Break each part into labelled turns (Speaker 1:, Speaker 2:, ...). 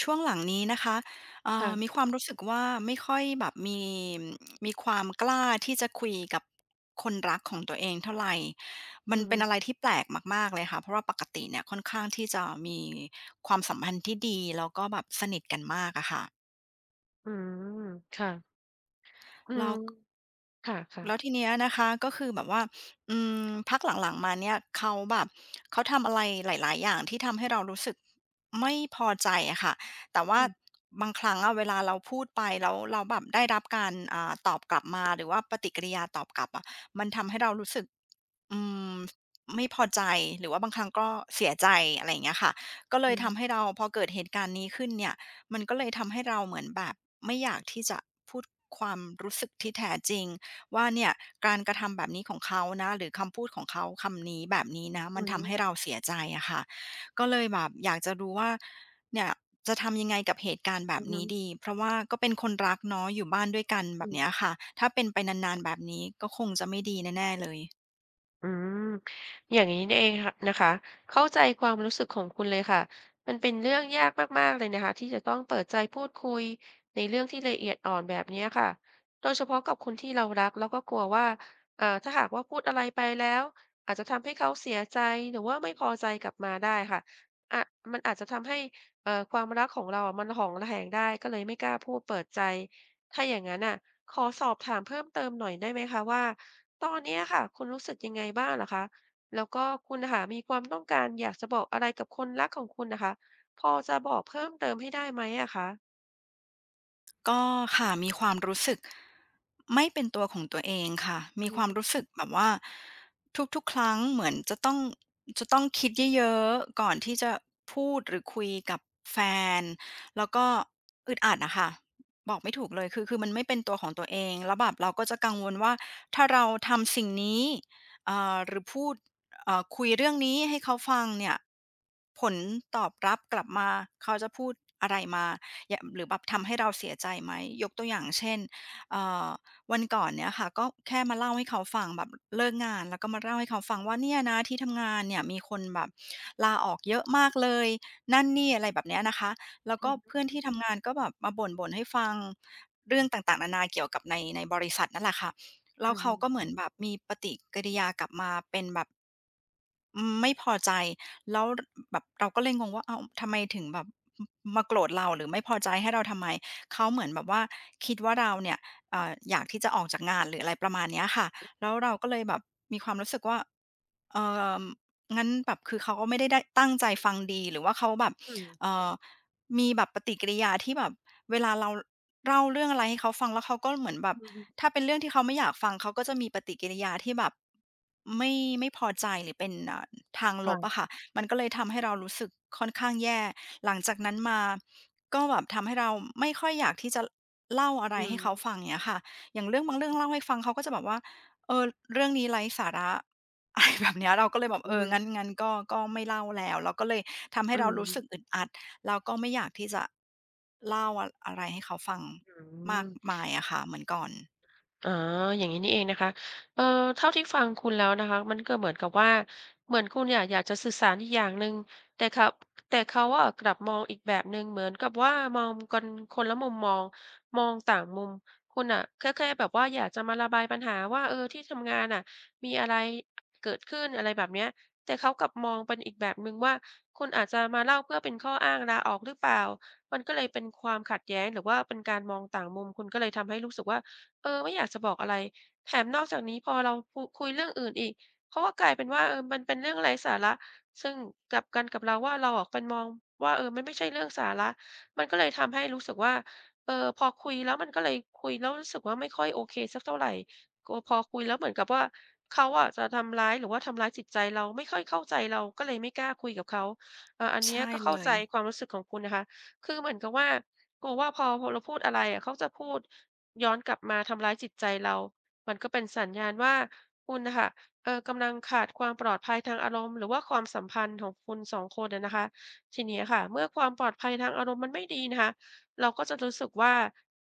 Speaker 1: ช่วงหลังนี้นะคะมี
Speaker 2: ค่ะ
Speaker 1: ความรู้สึกว่าไม่ค่อยแบบมีความกล้าที่จะคุยกับคนรักของตัวเองเท่าไหร่
Speaker 2: อื
Speaker 1: มัน
Speaker 2: ม
Speaker 1: เป็นอะไรที่แปลกมากๆเลยค่ะเพราะว่าปกติเนี่ยค่อนข้างที่จะมีความสัมพันธ์ที่ดีแล้วก็แบบสนิทกันมากอะค่ะ
Speaker 2: อืมค่ะอืม
Speaker 1: แล้ว
Speaker 2: ค่ะ
Speaker 1: แล้
Speaker 2: ๆ
Speaker 1: วทีเนี้ยนะคะก็คือแบบว่าอืพักหลังๆมาเนี่ยเขาแบบเขาทำอะไรหลายๆอย่างที่ทำให้เรารู้สึกไม่พอใจอะค่ะแต่
Speaker 2: อื
Speaker 1: ว่า
Speaker 2: อ
Speaker 1: บางครั้งอะเวลาเราพูดไปแล้วเราแบบได้รับการตอบกลับมาหรือว่าปฏิกิริยาตอบกลับอะมันทำให้เรารู้สึกอืมไม่พอใจหรือว่าบางครั้งก็เสียใจอะไรอย่างเงี้ยค่ะก็เล
Speaker 2: อื
Speaker 1: ย
Speaker 2: อ
Speaker 1: ทำให้เราพอเกิดเหตุการณ์นี้ขึ้นเนี่ย มันก็เลยทำให้เราเหมือนแบบไม่อยากที่จะพูดความรู้สึกที่แท้จริงว่าเนี่ยการกระทำแบบนี้ของเขานะหรือคำพูดของเขาคำนี้แบบนี้นะ
Speaker 2: อื
Speaker 1: มัน
Speaker 2: อฮึ
Speaker 1: ทำให้เราเสียใจอะค่ะก็เลยแบบอยากจะรู้ว่าเนี่ยจะทำยังไงกับเหตุการณ์แบ
Speaker 2: อื
Speaker 1: บ
Speaker 2: อฮึ
Speaker 1: นี้ดีเพราะว่าก็เป็นคนรักเนาะอยู่บ้านด้วยกันแบ
Speaker 2: อื
Speaker 1: บ
Speaker 2: ม
Speaker 1: เนี้ยค่ะถ้าเป็นไปนานๆแบบนี้ก็คงจะไม่ดีแน่ๆเลย
Speaker 2: อืมอย่างนี้นี่เองค่ะนะคะเข้าใจความรู้สึกของคุณเลยค่ะมันเป็นเรื่องยากมากๆเลยนะคะที่จะต้องเปิดใจพูดคุยในเรื่องที่ละเอียดอ่อนแบบเนี้ยค่ะโดยเฉพาะกับคนที่เรารักแล้วก็กลัวว่าถ้าหากว่าพูดอะไรไปแล้วอาจจะทำให้เขาเสียใจหรือว่าไม่พอใจกลับมาได้ค่ะอ่ะมันอาจจะทำให้ความรักของเราอ่ะมันหองระแหงได้ก็เลยไม่กล้าพูดเปิดใจถ้าอย่างนั้นอ่ะขอสอบถามเพิ่มเติมหน่อยได้ไหมคะว่า ตอนเนี้ยค่ะคุณรู้สึกยังไงบ้างเหรอคะแล้วก็คุณน่ะค่ะมีความต้องการอยากจะบอกอะไรกับคนรักของคุณน่ะคะพอจะบอกเพิ่มเติมให้ได้ไหมอะคะ
Speaker 1: ก็ค่ะมีความรู้สึกไม่เป็นตัวของตัวเองค่ะมีความ
Speaker 2: อือ
Speaker 1: รู้สึกแบบว่าทุกๆครั้งเหมือนจะต้องคิดเยอะๆก่อนที่จะพูดหรือคุยกับแฟนแล้วก็อึดอัดอะค่ะบอกไม่ถูกเลยคือมันไม่เป็นตัวของตัวเองแล้วแบบเราก็จะกังวลว่าถ้าเราทำสิ่งนี้หรือพูดคุยเรื่องนี้ให้เขาฟังเนี่ยผลตอบรับกลับมาเขาจะพูดอะไรมา อย่าหรือแบบทำให้เราเสียใจไหมยกตัวอย่างเช่นเอ่อวันก่อนเนี่ยค่ะก็แค่มาเล่าให้เขาฟังแบบเลิกงานแล้วก็มาเล่าให้เขาฟังว่าเนี่ยนะที่ทำงานเนี่ยมีคนแบบลาออกเยอะมากเลยนั่นนี่อะไรแบบเนี้ยนะคะแล้ว
Speaker 2: อื
Speaker 1: ก็
Speaker 2: อฮึ
Speaker 1: เพื่อนที่ทำงานก็แบบมาบ่นให้ฟังเรื่องต่างๆนานาเกี่ยวกับในบริษัทนั่นแหละค่ะแล้
Speaker 2: อื
Speaker 1: ว
Speaker 2: อฮึ
Speaker 1: เขาก็เหมือนแบบมีปฏิกิริยากลับมาเป็นแบบไม่พอใจ แล้วแบบเราก็เลยงงว่าเอ้าทำไมถึงแบบมมาโกรธเราหรือไม่พอใจให้เราทำไมเขาเหมือนแบบว่าคิดว่าเราเนี่ยอยากที่จะออกจากงานหรืออะไรประมาณเนี้ยค่ะแล้วเราก็เลยแบบมีความรู้สึกว่าเอ่องั้นแบบคือเขาก็ไม่ได้ตั้งใจฟังดีหรือว่าเขาแบบ
Speaker 2: อืม
Speaker 1: เอ่อมีแบบปฏิกิริยาที่แบบเวลาเราเล่าเรื่องอะไรให้เขาฟังแล้วเขาก็เหมือนแบบ
Speaker 2: อือฮึ
Speaker 1: ถ้าเป็นเรื่องที่เขาไม่อยากฟังเขาก็จะมีปฏิกิริยาที่แบบไม่ไม่พอใจหรือเป็นทางลบอะ
Speaker 2: ค่ะ
Speaker 1: ค่ะ มันก็เลยทำให้เรารู้สึกค่อนข้างแย่ หลังจากนั้นมาก็แบบทำให้เราไม่ค่อยอยากที่จะเล่าอะไร
Speaker 2: อื
Speaker 1: ให้
Speaker 2: ม
Speaker 1: เขาฟังอย่างเงี้ยค่ะอย่างเรื่องบางเรื่องเล่าให้ฟังเขาก็จะแบบว่าเออเรื่องนี้ไร้สาระ อะไรแบบเนี้ยเราก็เลยแบบ
Speaker 2: อื
Speaker 1: เอ
Speaker 2: อ
Speaker 1: อ
Speaker 2: ฮึ
Speaker 1: งั้นงั้นก็ไม่เล่าแล้วเราก็เลยทำให้
Speaker 2: อื
Speaker 1: เรารู้สึก
Speaker 2: ม
Speaker 1: อึดอัดแล้วก็ไม่อยากที่จะเล่าอะไรให้เขาฟัง
Speaker 2: อื
Speaker 1: มา
Speaker 2: ม
Speaker 1: กมายอะค่ะเหมือนก่อน
Speaker 2: อ๋ออย่างนี้นี่เองนะคะเอ่อเท่าที่ฟังคุณแล้วนะคะมันก็เหมือนกับว่าเหมือนคุณอยี่อยากจะสื่อสารอีกอย่างหนึ่งแต่เขาแต่เขาว่ากลับมองอีกแบบหนึ่งเหมือนกับว่ามองกันคนละมุมมองมองต่างมุมคุณอ่ะก็แค่แบบว่าอยากจะมาระบายปัญหาว่าเออที่ทำงานน่ะมีอะไรเกิดขึ้นอะไรแบบเนี้ยแต่เขากลับมองเป็นอีกแบบหนึ่งว่าคุณอาจจะมาเล่าเพื่อเป็นข้ออ้างลาออกหรือเปล่ามันก็เลยเป็นความขัดแย้งหรือว่าเป็นการมองต่างมุมคุณก็เลยทำให้รู้สึกว่า เออไม่อยากจะบอกอะไรแถมนอกจากนี้พอเราพูคุยเรื่องอื่นอีกเขาก็กลายเป็นว่าเออมันเป็นเรื่องไร้สาระซึ่งกลับกันกับเราว่าเราอะเป็นมองว่าเออมันไม่ใช่เรื่องสาระมันก็เลยทำให้รู้สึกว่าเออพอคุยแล้วมันก็เลยคุยแล้วรู้สึกว่าไม่ค่อยโอเคสักเท่าไรกลัวพอคุยแล้วเหมือนกับว่าเขาอะจะทำร้ายหรือว่าทำร้ายจิตใจเราไม่ค่อยเข้าใจเราก็เลยไม่กล้าคุยกับเขาอันเนี้ย
Speaker 1: ใช่
Speaker 2: ก็
Speaker 1: เล
Speaker 2: เข้าใจ
Speaker 1: ย
Speaker 2: ความรู้สึกของคุณนะคะคือเหมือนกับว่ากลัวว่าพอพอเราพูดอะไรอะเขาจะพูด ย้อนกลับมาทำร้ายจิตใจเรา มันก็เป็นสัญญาณว่าคุณน่ะค่ะกำลังขาดความปลอดภัยทางอารมณ์หรือว่าความสัมพันธ์ของคุณสองคนอะนะคะทีเนี้ยค่ะ เมื่อความปลอดภัยทางอารมณ์มันไม่ดีนะคะเราก็จะรู้สึกว่า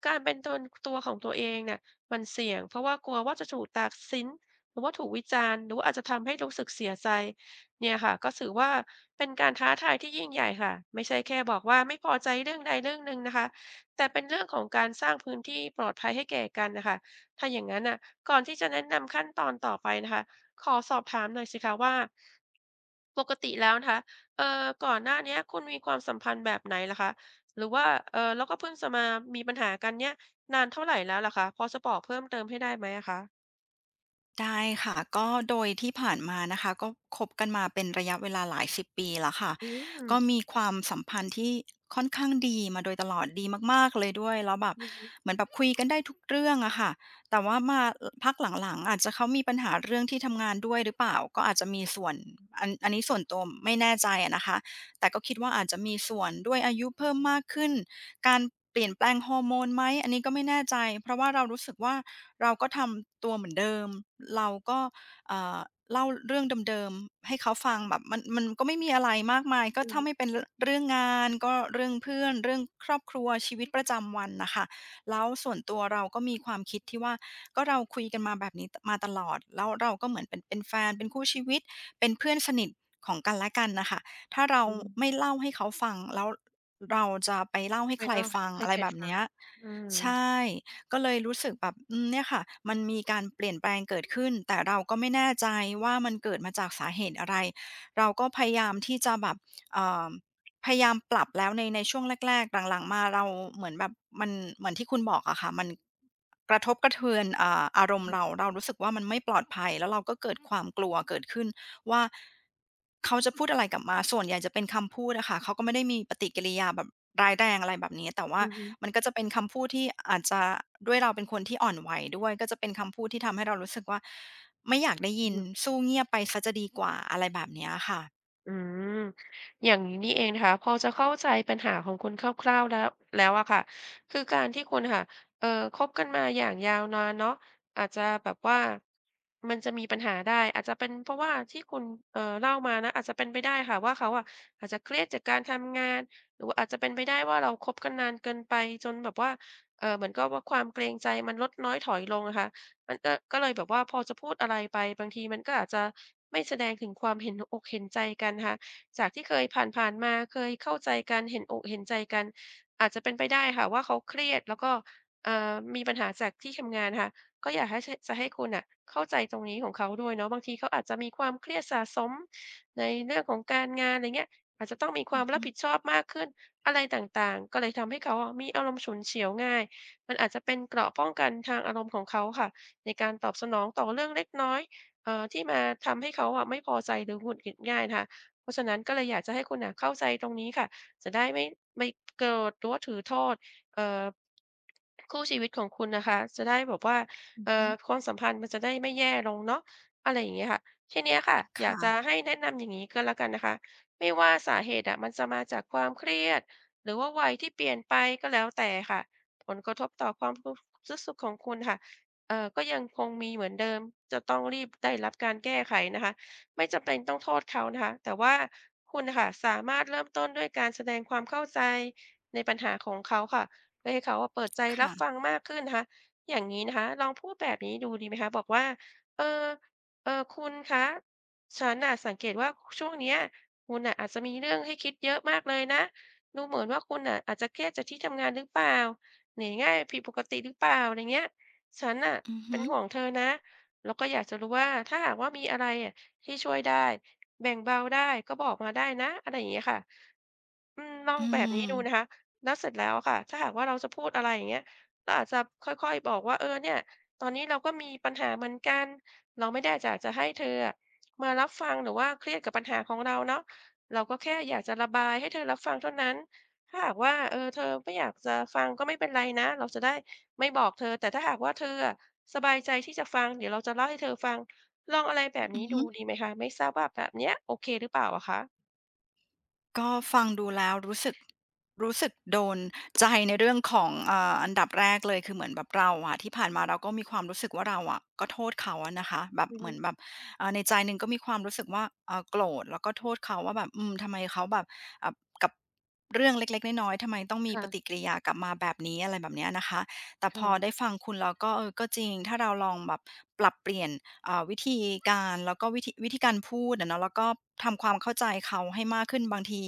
Speaker 2: การเป็นตนตัวของตัวเองเนี่ยมันเสี่ยงเพราะว่ากลัวว่าจะถูกตัดสินหรือว่าถูกวิจารณ์หรือว่าอาจจะทำให้รู้สึกเสียใจเนี่ยค่ะก็ถือว่าเป็นการท้าทายที่ยิ่งใหญ่ค่ะไม่ใช่แค่บอกว่าไม่พอใจเรื่องใดเรื่องหนึ่งนะคะ แต่เป็นเรื่องของการสร้างพื้นที่ปลอดภัยให้แก่กันนะคะถ้าอย่างนั้นน่ะก่อนที่จะแนะนำขั้นตอนต่อไปนะคะขอสอบถามหน่อยสิคะว่าปกติแล้วนะคะก่อนหน้าเนี้ยคุณมีความสัมพันธ์แบบไหนล่รคะหรือว่าแล้วก็เพิ่งจะมามีปัญหากันเนี่ยนานเท่าไรแล้วล่ะคะพอจะบอกเพิ่มเติมให้ได้ไหมอะคะ
Speaker 1: ได้ค่ะก็โดยที่ผ่านมานะคะก็คบกันมาเป็นระยะเวลาหลาย10ปีแล้วค่ะ
Speaker 2: อืม
Speaker 1: ก็มีความสัมพันธ์ที่ค่อนข้างดีมาโดยตลอดดีมากๆเลยด้วยแล้วแบบ
Speaker 2: อือฮึ
Speaker 1: เหมือนแบบคุยกันได้ทุกเรื่องอะค่ะแต่ว่ามาอพักหลังๆอาจจะเขามีปัญหาเรื่องที่ทำงานด้วยหรือเปล่าก็อาจจะมีส่วนอันนี้ส่วนตัวไม่แน่ใจอะนะคะแต่ก็คิดว่าอาจจะมีส่วนด้วยอายุเพิ่มมากขึ้นการเปลี่ยนแปลงฮอร์โมนไหมอันนี้ก็ไม่แน่ใจเพราะว่าเรารู้สึกว่า เราก็ทำตัวเหมือนเดิม เราก็เอ่อเล่าเรื่องเดิมๆให้เขาฟังแบบมันก็ไม่มีอะไรมากมายก็
Speaker 2: อือ
Speaker 1: ถ้า
Speaker 2: ฮึ
Speaker 1: ไม่เป็นเรื่องงานก็เรื่องเพื่อนเรื่องครอบครัวชีวิตประจำวันนะคะแล้วส่วนตัวเราก็มีความคิดที่ว่าก็เราคุยกันมาแบบนี้มาตลอดแล้วเราก็เหมือนเป็นแฟนเป็นคู่ชีวิตเป็นเพื่อนสนิทของกันและกันนะคะถ้าเรา
Speaker 2: อือฮึ
Speaker 1: ไม่เล่าให้เขาฟังแล้วเราจะไปเล่าให้
Speaker 2: ไม่
Speaker 1: ใคร
Speaker 2: เล่า
Speaker 1: ฟัง
Speaker 2: ให้
Speaker 1: อะไร
Speaker 2: ใคร
Speaker 1: แบบ
Speaker 2: ฟัง
Speaker 1: เนี้ย
Speaker 2: อืม
Speaker 1: ใช่ ก็เลยรู้สึกแบบอืมเนี่ยค่ะมันมีการเปลี่ยนแปลงเกิดขึ้นแต่เราก็ไม่แน่ใจว่ามันเกิดมาจากสาเหตุอะไรเราก็พยายามที่จะแบบเอ่อพยายามปรับแล้วในช่วงแรกๆหลังๆมาเราเหมือนแบบมันเหมือนที่คุณบอกอะค่ะมันกระทบกระเทือนอารมณ์เราเรารู้สึกว่ามันไม่ปลอดภัยแล้วเราก็เกิดความกลัวเกิดขึ้นว่าเขาจะพูดอะไรกลับมาส่วนใหญ่จะเป็นคำพูดอะค่ะเขาก็ไม่ได้มีปฏิกิริยาแบบร้ายแรงอะไรแบบนี้แต่ว่า
Speaker 2: อือฮึ
Speaker 1: มันก็จะเป็นคำพูดที่อาจจะด้วยเราเป็นคนที่อ่อนไหวด้วยก็จะเป็นคำพูดที่ทำให้เรารู้สึกว่าไม่อยากได้
Speaker 2: อื
Speaker 1: ยิ
Speaker 2: อ
Speaker 1: น
Speaker 2: ฮึ
Speaker 1: สู้เงียบไปเสียจะดีกว่าอะไรแบบเนี้ยค่ะ
Speaker 2: อืมอย่างนี้นี่เองนะคะพอจะเข้าใจปัญหาของคุณคร่าวๆแล้วแล้วอะค่ะคือการที่คุณค่ะเอ่อคบกันมาอย่างยาวนานเนาะอาจจะแบบว่ามันจะมีปัญหาได้อาจจะเป็นเพราะว่าที่คุณเล่ามานะอาจจะเป็นไปได้ค่ะว่าเขาอะอาจจะเครียดจากการทำงานหรือว่าอาจจะเป็นไปได้ว่าเราคบกันนานเกินไปจนแบบว่าเหมือนกับว่าความเกรงใจมันลดน้อยถอยลงอะค่ะ มันจะก็เลยแบบว่าพอจะพูดอะไรไปบางทีมันก็อาจจะไม่แสดงถึงความเห็นอกเห็นใจกันค่ะจากที่เคยผ่านๆมาเคยเข้าใจกันเห็นอกเห็นใจกันอาจจะเป็นไปได้ค่ะว่าเขาเครียดแล้วก็มีปัญหาจากที่ทำงานค่ะก็อยากให้ชจะให้คุณน่ะเข้าใจตรงนี้ของเขาด้วยเนาะบางทีเขาอาจจะมีความเครียดสะสมในเรื่องของการงานอะไรเงี้ยอาจจะต้องมีความรับผิ
Speaker 1: อ
Speaker 2: ดชอบมากขึ้นอะไรต่างๆก็เลยทำให้เขาอะมีอารมณ์ฉุนเฉียวง่ายมันอาจจะเป็นเกราะป้องกันทางอารมณ์ของเขาค่ะ ในการตอบสนองต่อเรื่องเล็กน้อยที่มาทำให้เขาอะไม่พอใจหรือหงุดหงิดง่ายนะคะเพราะฉะนั้นก็เลยอยากจะให้คุณน่ะเข้าใจตรงนี้ค่ะจะได้ไม่โกรธหรือว่าถือโทษเอ่อคู่ชีวิตของคุณนะคะจะได้แบบว่า
Speaker 1: ือฮึ
Speaker 2: ความสัมพันธ์มันจะได้ไม่แย่ลงเนาะอะไรอย่างเงี้ยค่ะทีเนี้ยค่ะอยากจะ
Speaker 1: ค่ะ
Speaker 2: ให้แนะนำอย่างงี้ก็แล้วกันนะคะไม่ว่าสาเหตุอะมันจะมาจากความเครียดหรือว่าวัยที่เปลี่ยนไปก็แล้วแต่ค่ะผลกระทบต่อความรู้สึกของคุณค่ะ ก็ยังคงมีเหมือนเดิมจะต้องรีบได้รับการแก้ไขนะคะไม่จำเป็นต้องโทษเขานะคะแต่ว่าคุณน่ะค่ะสามารถเริ่มต้นด้วยการแสดงความเข้าใจในปัญหาของเขาค่ะเพื่อให้เขาอะเปิดใจรับ
Speaker 1: ค่ะ
Speaker 2: ฟังมากขึ้นนะคะอย่างงี้นะคะลองพูดแบบนี้ดูดีไหมคะบอกว่าเอ่อคุณคะฉันน่ะสังเกตว่าช่วงเนี้ยคุณน่ะอาจจะมีเรื่องให้คิดเยอะมากเลยนะดูเหมือนว่าคุณน่ะอาจจะเครียดจากที่ทำงานหรือเปล่าเหนื่อยง่ายผิดปกติหรือเปล่าอะไรเงี้ย ฉันน่ะ
Speaker 1: อือ
Speaker 2: เป็
Speaker 1: ฮึ
Speaker 2: นห่วงเธอนะแล้วก็อยากจะรู้ว่าถ้าหากว่ามีอะไรอะที่ช่วยได้แบ่งเบาได้ก็บอกมาได้นะอะไรอย่างเงี้ยค่ะอืมลอง
Speaker 1: อื
Speaker 2: แบบนี้
Speaker 1: ม
Speaker 2: ดูนะคะแล้วเสร็จแล้วอะค่ะถ้าหากว่าเราจะพูดอะไรอย่างเงี้ยเราอาจจะค่อยๆบอกว่าเออเนี่ยตอนนี้เราก็มีปัญหาเหมือนกันเราไม่ได้อยากจะให้เธออะมารับฟังหรือว่าเครียดกับปัญหาของเราเนาะเราก็แค่อยากจะระบายให้เธอรับฟังเท่านั้นถ้าหากว่าเออเธอไม่อยากจะฟังก็ไม่เป็นไรนะเราจะได้ ไม่บอกเธอแต่ถ้าหากว่าเธออะสบายใจที่จะฟังเดี๋ยวเราจะเล่าให้เธอฟังลองอะไรแบบ
Speaker 1: อื
Speaker 2: นี้
Speaker 1: อ
Speaker 2: ดู
Speaker 1: ฮึ
Speaker 2: ดีไหมคะไม่ทราบว่าแบบเนี้ยโอเคหรือเปล่าอะคะ
Speaker 1: ก็ฟังดูแล้วรู้สึกรู้สึกโดนใจในเรื่องของอันดับแรกเลยคือเหมือนแบบเราอะที่ผ่านมาเราก็มีความรู้สึกว่าเราอะก็โทษเขาอะนะคะแบบ
Speaker 2: อือ
Speaker 1: เห
Speaker 2: ฮึ
Speaker 1: มือนแบบในใจหนึ่งก็มีความรู้สึกว่าโกรธแล้วก็โทษเขาว่าแบบอืมทำไมเขาแบบอ่ากับเรื่องเล็กๆน้อยๆทำไมต้องมีปฏิ
Speaker 2: ค่ะ
Speaker 1: กิริยากลับมาแบบนี้อะไรแบบเนี้ยนะคะ แต่พอได้
Speaker 2: ค่ะ
Speaker 1: ฟังคุณแล้วก็เออก็จริงถ้าเราลองแบบปรับเปลี่ยนวิธีการแล้วก็วิธีการพูดอะเนาะแล้วก็ทำความเข้าใจเขาให้มากขึ้นบางที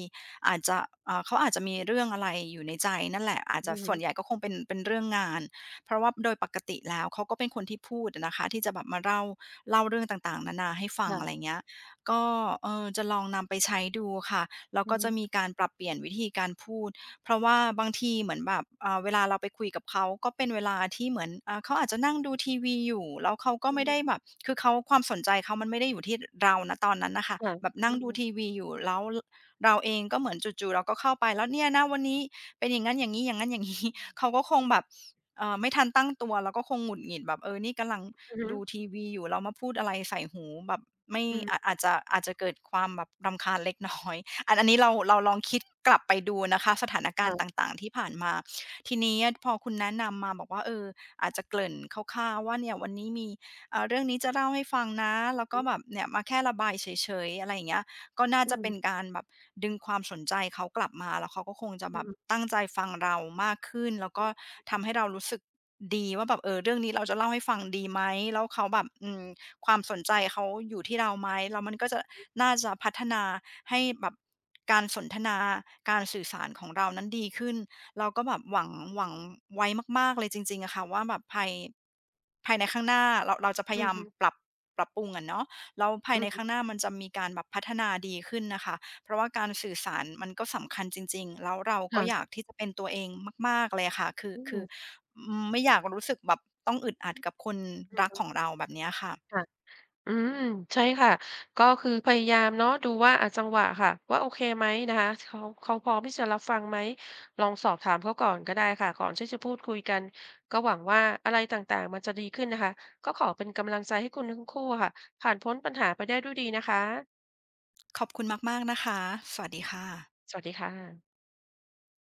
Speaker 1: อาจจะเขาอาจจะมีเรื่องอะไรอยู่ในใจนั่นแหละอาจ
Speaker 2: อื
Speaker 1: จะ
Speaker 2: อฮึ
Speaker 1: ส่วนใหญ่ก็คงเป็นเรื่องงานเพราะว่าโดยปกติแล้วเขาก็เป็นคนที่พูดอะนะคะที่จะแบบมาเล่าเรื่องต่างๆนานาให้ฟังอะไร
Speaker 2: ค่ะ
Speaker 1: เงี้ยก็เออจะลองนำไปใช้ดูค่ะแล้ว
Speaker 2: อื
Speaker 1: ก็
Speaker 2: อฮึ
Speaker 1: จะมีการปรับเปลี่ยนวิธีการพูด เพราะว่าบางทีเหมือนแบบเวลาเราไปคุยกับเขาก็เป็นเวลาที่เหมือนเขาอาจจะนั่งดูทีวีอยู่แล้วเขาก็
Speaker 2: อือ
Speaker 1: ไม่
Speaker 2: ฮึ
Speaker 1: ได้แบบคือเขาความสนใจเขามันไม่ได้อยู่ที่เราณตอนนั้นน่ะค่ะ
Speaker 2: ค่ะ
Speaker 1: แบบนั่
Speaker 2: อื
Speaker 1: ง
Speaker 2: อ
Speaker 1: ดู
Speaker 2: ฮึ
Speaker 1: ทีวีอยู่แล้วลเราเองก็เหมือนจู่ๆเราก็เข้าไปแล้วเนี่ยนะวันนี้เป็นอย่างงั้นอย่างงี้อย่างงั้นอย่างงี้ เขาก็คงแบบไม่ทันตั้งตัวแล้วก็คงหงุดหงิดแบบเออนี่กำลัง
Speaker 2: อือฮึ
Speaker 1: ดูทีวีอยู่แล้วมาพูดอะไรใส่หูแบบไม่
Speaker 2: อืม
Speaker 1: อาจจะเกิดความแบบรำคาญเล็กน้อย อันนี้เราลองคิดกลับไปดูนะคะสถานการณ์ต
Speaker 2: ค่ะ
Speaker 1: ่างๆที่ผ่านมาทีนี้พอคุณแนะนำมาบอกว่าเอออาจจะเกริ่นคร่าวๆว่าเนี่ยวันนี้มีเรื่องนี้จะเล่าให้ฟังนะแล้วก็แบบเนี่ยมาแค่ระบายเฉยๆอะไรอย่างเงี้ยก็น่า
Speaker 2: อื
Speaker 1: จะเป็น
Speaker 2: ม
Speaker 1: การแบบดึงความสนใจเขากลับมาแล้วเขาก็คงจะ
Speaker 2: อื
Speaker 1: แบ
Speaker 2: อ
Speaker 1: บ
Speaker 2: ฮึ
Speaker 1: ตั้งใจฟังเรามากขึ้นแล้ว
Speaker 2: อื
Speaker 1: ก็
Speaker 2: อ
Speaker 1: ทำให้เรารู้สึกดีว่าแบบเออเรื่องนี้เราจะเล่าให้ฟังดีไหมแล้วเขาแบบอืม ความสนใจเขาอยู่ที่เราไหมแล้วมันก็จะน่าจะพัฒนาให้แบบการสนทนาการสื่อสารของเรานั้นดีขึ้นเราก็แบบหวังไว้มากๆเลยจริงๆอะค่ะว่าแบบภายในข้างหน้าเราจะพ
Speaker 2: อื
Speaker 1: ยา
Speaker 2: อ
Speaker 1: ยาม
Speaker 2: ฮึ
Speaker 1: ปรับปรับปรุงอะเนาะแล้วภา
Speaker 2: อื
Speaker 1: ย
Speaker 2: อ
Speaker 1: ใน
Speaker 2: ฮึ
Speaker 1: ข้างหน้ามันจะมีการแบบพัฒนาดีขึ้นน่ะค่ะเพราะว่าการสื่อสารมันก็สำคัญจริงๆแล้วเราก็อยา
Speaker 2: ค่ะ
Speaker 1: กที่จะเป็นตัวเองมากๆเลยอะค่ะคือ
Speaker 2: อืม
Speaker 1: คืออืมไม่อยากรู้สึกแบบต้องอึดอัดกับคน
Speaker 2: อือ
Speaker 1: รัก
Speaker 2: ฮึ
Speaker 1: ของเราแบบเนี้ยค่ะ
Speaker 2: ค่ะ อืมใช่ค่ะก็คือพยายามเนาะดูว่าอะจังหวะค่ะว่าโอเคไหมนะคะเขาเขาพร้อมที่จะรับฟังไหมลองสอบถามเขาก่อนก็ได้ค่ะก่อนที่จะพูดคุยกันก็หวังว่าอะไรต่างๆมันจะดีขึ้นนะคะก็ขอเป็นกำลังใจให้คุณทั้งคู่ค่ะผ่านพ้นปัญหาไปได้ด้วยดีนะคะ
Speaker 1: ขอบคุณมากๆนะคะ สวัสดีค่ะ
Speaker 2: สวัสดีค่ะ